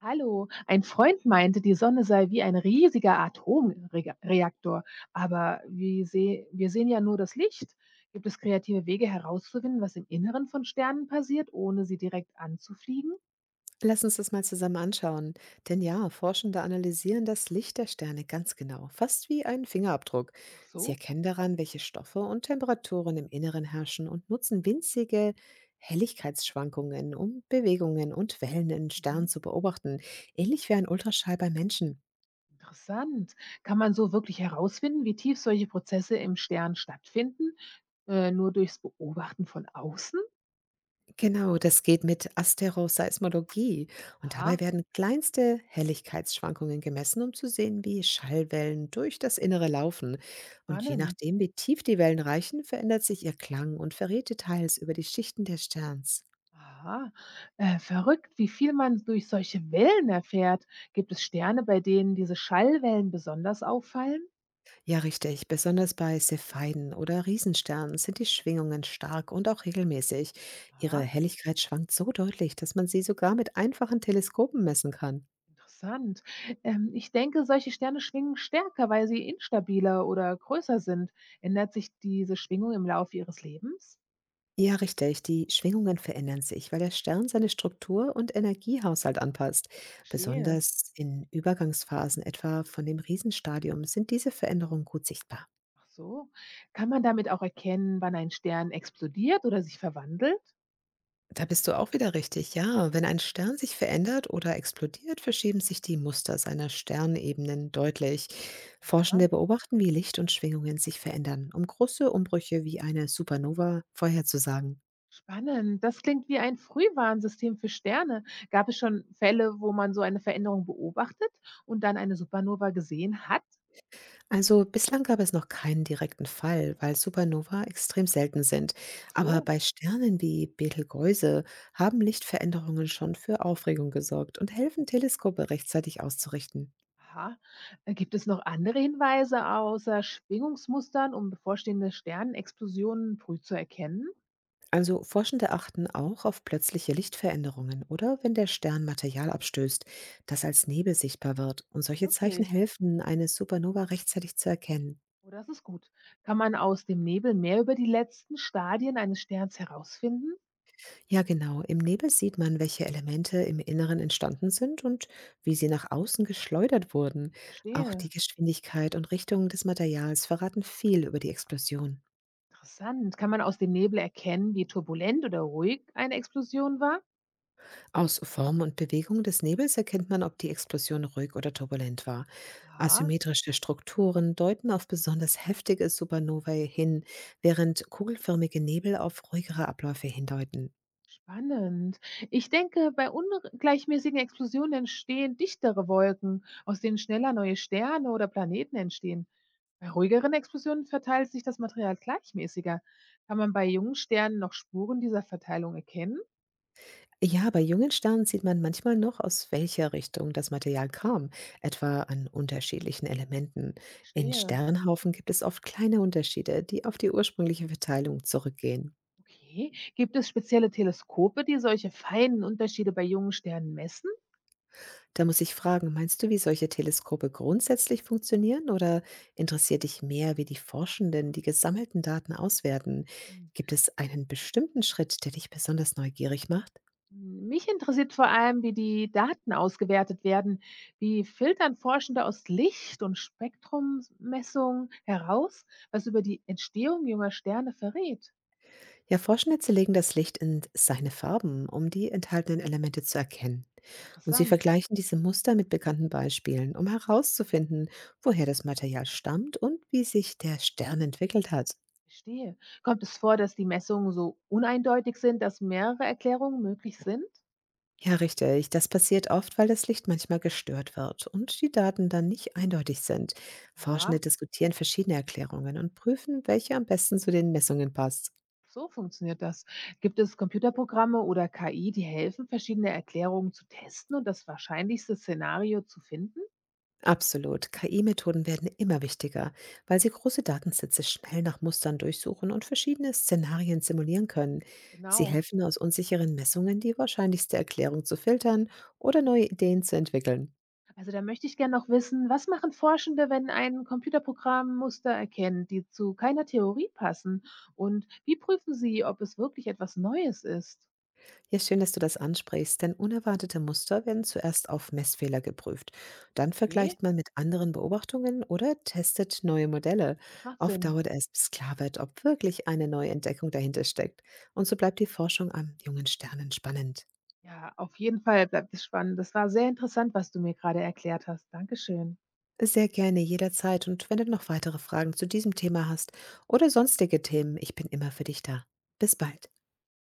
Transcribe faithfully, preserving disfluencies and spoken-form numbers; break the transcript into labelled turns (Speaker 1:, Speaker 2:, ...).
Speaker 1: Hallo, ein Freund meinte, die Sonne sei wie ein riesiger Atomreaktor. Aber wie seh, wir sehen ja nur das Licht. Gibt es kreative Wege herauszufinden, was im Inneren von Sternen passiert, ohne sie direkt anzufliegen?
Speaker 2: Lass uns das mal zusammen anschauen. Denn ja, Forschende analysieren das Licht der Sterne ganz genau, fast wie einen Fingerabdruck.
Speaker 1: Ach
Speaker 2: Sie
Speaker 1: so,
Speaker 2: erkennen daran, welche Stoffe und Temperaturen im Inneren herrschen und nutzen winzige Helligkeitsschwankungen, um Bewegungen und Wellen in
Speaker 1: mhm.
Speaker 2: Sternen zu beobachten, ähnlich wie ein Ultraschall bei Menschen.
Speaker 1: Interessant. Kann man so wirklich herausfinden, wie tief solche Prozesse im Stern stattfinden? Äh, nur durchs Beobachten von außen?
Speaker 2: Genau, das geht mit Asteroseismologie und dabei
Speaker 1: Aha,
Speaker 2: werden kleinste Helligkeitsschwankungen gemessen, um zu sehen, wie Schallwellen durch das Innere laufen. Und je
Speaker 1: spannend.
Speaker 2: nachdem, wie tief die Wellen reichen, verändert sich ihr Klang und verrät Details über die Schichten des Sterns.
Speaker 1: Aha, äh, verrückt, wie viel man durch solche Wellen erfährt. Gibt es Sterne, bei denen diese Schallwellen besonders auffallen?
Speaker 2: Ja, richtig, besonders bei Cepheiden oder Riesensternen sind die Schwingungen stark und auch regelmäßig. Ihre
Speaker 1: Aha,
Speaker 2: Helligkeit schwankt so deutlich, dass man sie sogar mit einfachen Teleskopen messen kann.
Speaker 1: interessant. Ähm, ich denke, solche Sterne schwingen stärker, weil sie instabiler oder größer sind. Ändert sich diese Schwingung im Laufe ihres Lebens?
Speaker 2: Ja, richtig. Die Schwingungen verändern sich, weil der Stern seine Struktur und Energiehaushalt anpasst.
Speaker 1: Verstehe.
Speaker 2: Besonders in Übergangsphasen, etwa von dem Riesenstadium, sind diese Veränderungen gut sichtbar.
Speaker 1: Ach so. Kann man damit auch erkennen, wann ein Stern explodiert oder sich verwandelt?
Speaker 2: Da bist du auch wieder richtig. Ja, wenn ein Stern sich verändert oder explodiert, verschieben sich die Muster seiner Sternebenen deutlich.
Speaker 1: Ah.
Speaker 2: Forschende beobachten, wie Licht und Schwingungen sich verändern, um große Umbrüche wie eine Supernova vorherzusagen.
Speaker 1: Spannend. Das klingt wie ein Frühwarnsystem für Sterne. Gab es schon Fälle, wo man so eine Veränderung beobachtet und dann eine Supernova gesehen hat?
Speaker 2: Also bislang gab es noch keinen direkten Fall, weil Supernova extrem selten sind.
Speaker 1: Ach
Speaker 2: Aber
Speaker 1: so.
Speaker 2: bei Sternen wie Betelgeuse haben Lichtveränderungen schon für Aufregung gesorgt und helfen, Teleskope rechtzeitig auszurichten.
Speaker 1: Aha. Äh, Gibt es noch andere Hinweise außer Schwingungsmustern, um bevorstehende Sternenexplosionen früh zu erkennen?
Speaker 2: Also Forschende achten auch auf plötzliche Lichtveränderungen oder wenn der Stern Material abstößt, das als Nebel sichtbar wird. Und solche Zeichen
Speaker 1: Wirklich.
Speaker 2: helfen, eine Supernova rechtzeitig zu erkennen.
Speaker 1: Oh, das ist gut. Kann man aus dem Nebel mehr über die letzten Stadien eines Sterns herausfinden?
Speaker 2: Ja, genau. Im Nebel sieht man, welche Elemente im Inneren entstanden sind und wie sie nach außen geschleudert wurden. Auch die
Speaker 1: Verstehe.
Speaker 2: Geschwindigkeit und Richtung des Materials verraten viel über die Explosion.
Speaker 1: Interessant. Kann man aus dem Nebel erkennen, wie turbulent oder ruhig eine Explosion war?
Speaker 2: Aus Form und Bewegung des Nebels erkennt man, ob die Explosion ruhig oder turbulent war.
Speaker 1: Aha.
Speaker 2: Asymmetrische Strukturen deuten auf besonders heftige Supernovae hin, während kugelförmige Nebel auf ruhigere Abläufe hindeuten.
Speaker 1: Spannend. Ich denke, bei ungleichmäßigen Explosionen entstehen dichtere Wolken, aus denen schneller neue Sterne oder Planeten entstehen. Bei ruhigeren Explosionen verteilt sich das Material gleichmäßiger. Kann man bei jungen Sternen noch Spuren dieser Verteilung erkennen?
Speaker 2: Ja, bei jungen Sternen sieht man manchmal noch, aus welcher Richtung das Material kam, etwa an unterschiedlichen Elementen. In
Speaker 1: Stehe.
Speaker 2: Sternhaufen gibt es oft kleine Unterschiede, die auf die ursprüngliche Verteilung zurückgehen.
Speaker 1: Okay. Gibt es spezielle Teleskope, die solche feinen Unterschiede bei jungen Sternen messen?
Speaker 2: Da muss ich fragen, meinst du, wie solche Teleskope grundsätzlich funktionieren oder interessiert dich mehr, wie die Forschenden die gesammelten Daten auswerten? Gibt es einen bestimmten Schritt, der dich besonders neugierig macht?
Speaker 1: Mich interessiert vor allem, wie die Daten ausgewertet werden. Wie filtern Forschende aus Licht- und Spektrummessungen heraus, was über die Entstehung junger Sterne verrät?
Speaker 2: Ja, Forschende zerlegen das Licht in seine Farben, um die enthaltenen Elemente zu erkennen. Und sie
Speaker 1: Interessant,
Speaker 2: vergleichen diese Muster mit bekannten Beispielen, um herauszufinden, woher das Material stammt und wie sich der Stern entwickelt hat.
Speaker 1: verstehe. Kommt es vor, dass die Messungen so uneindeutig sind, dass mehrere Erklärungen möglich sind?
Speaker 2: Ja, richtig. Das passiert oft, weil das Licht manchmal gestört wird und die Daten dann nicht eindeutig sind.
Speaker 1: Aha,
Speaker 2: Forschende diskutieren verschiedene Erklärungen und prüfen, welche am besten zu den Messungen passt.
Speaker 1: so funktioniert das. Gibt es Computerprogramme oder K I, die helfen, verschiedene Erklärungen zu testen und das wahrscheinlichste Szenario zu finden?
Speaker 2: Absolut. K I-Methoden werden immer wichtiger, weil sie große Datensätze schnell nach Mustern durchsuchen und verschiedene Szenarien simulieren können. Sie
Speaker 1: Genau.
Speaker 2: helfen aus unsicheren Messungen die wahrscheinlichste Erklärung zu filtern oder neue Ideen zu entwickeln.
Speaker 1: Also da möchte ich gerne noch wissen, was machen Forschende, wenn ein Computerprogramm Muster erkennt, die zu keiner Theorie passen? Und wie prüfen sie, ob es wirklich etwas Neues ist?
Speaker 2: Ja, schön, dass du das ansprichst, denn unerwartete Muster werden zuerst auf Messfehler geprüft. Dann
Speaker 1: Okay,
Speaker 2: vergleicht man mit anderen Beobachtungen oder testet neue Modelle.
Speaker 1: das macht
Speaker 2: Oft
Speaker 1: Sinn.
Speaker 2: dauert es, bis klar wird, ob wirklich eine neue Entdeckung dahinter steckt. Und so bleibt die Forschung am jungen Sternen spannend.
Speaker 1: Ja, auf jeden Fall bleibt es spannend. Das war sehr interessant, was du mir gerade erklärt hast. Dankeschön.
Speaker 2: Sehr gerne, jederzeit. Und wenn du noch weitere Fragen zu diesem Thema hast oder sonstige Themen, ich bin immer für dich da. Bis bald.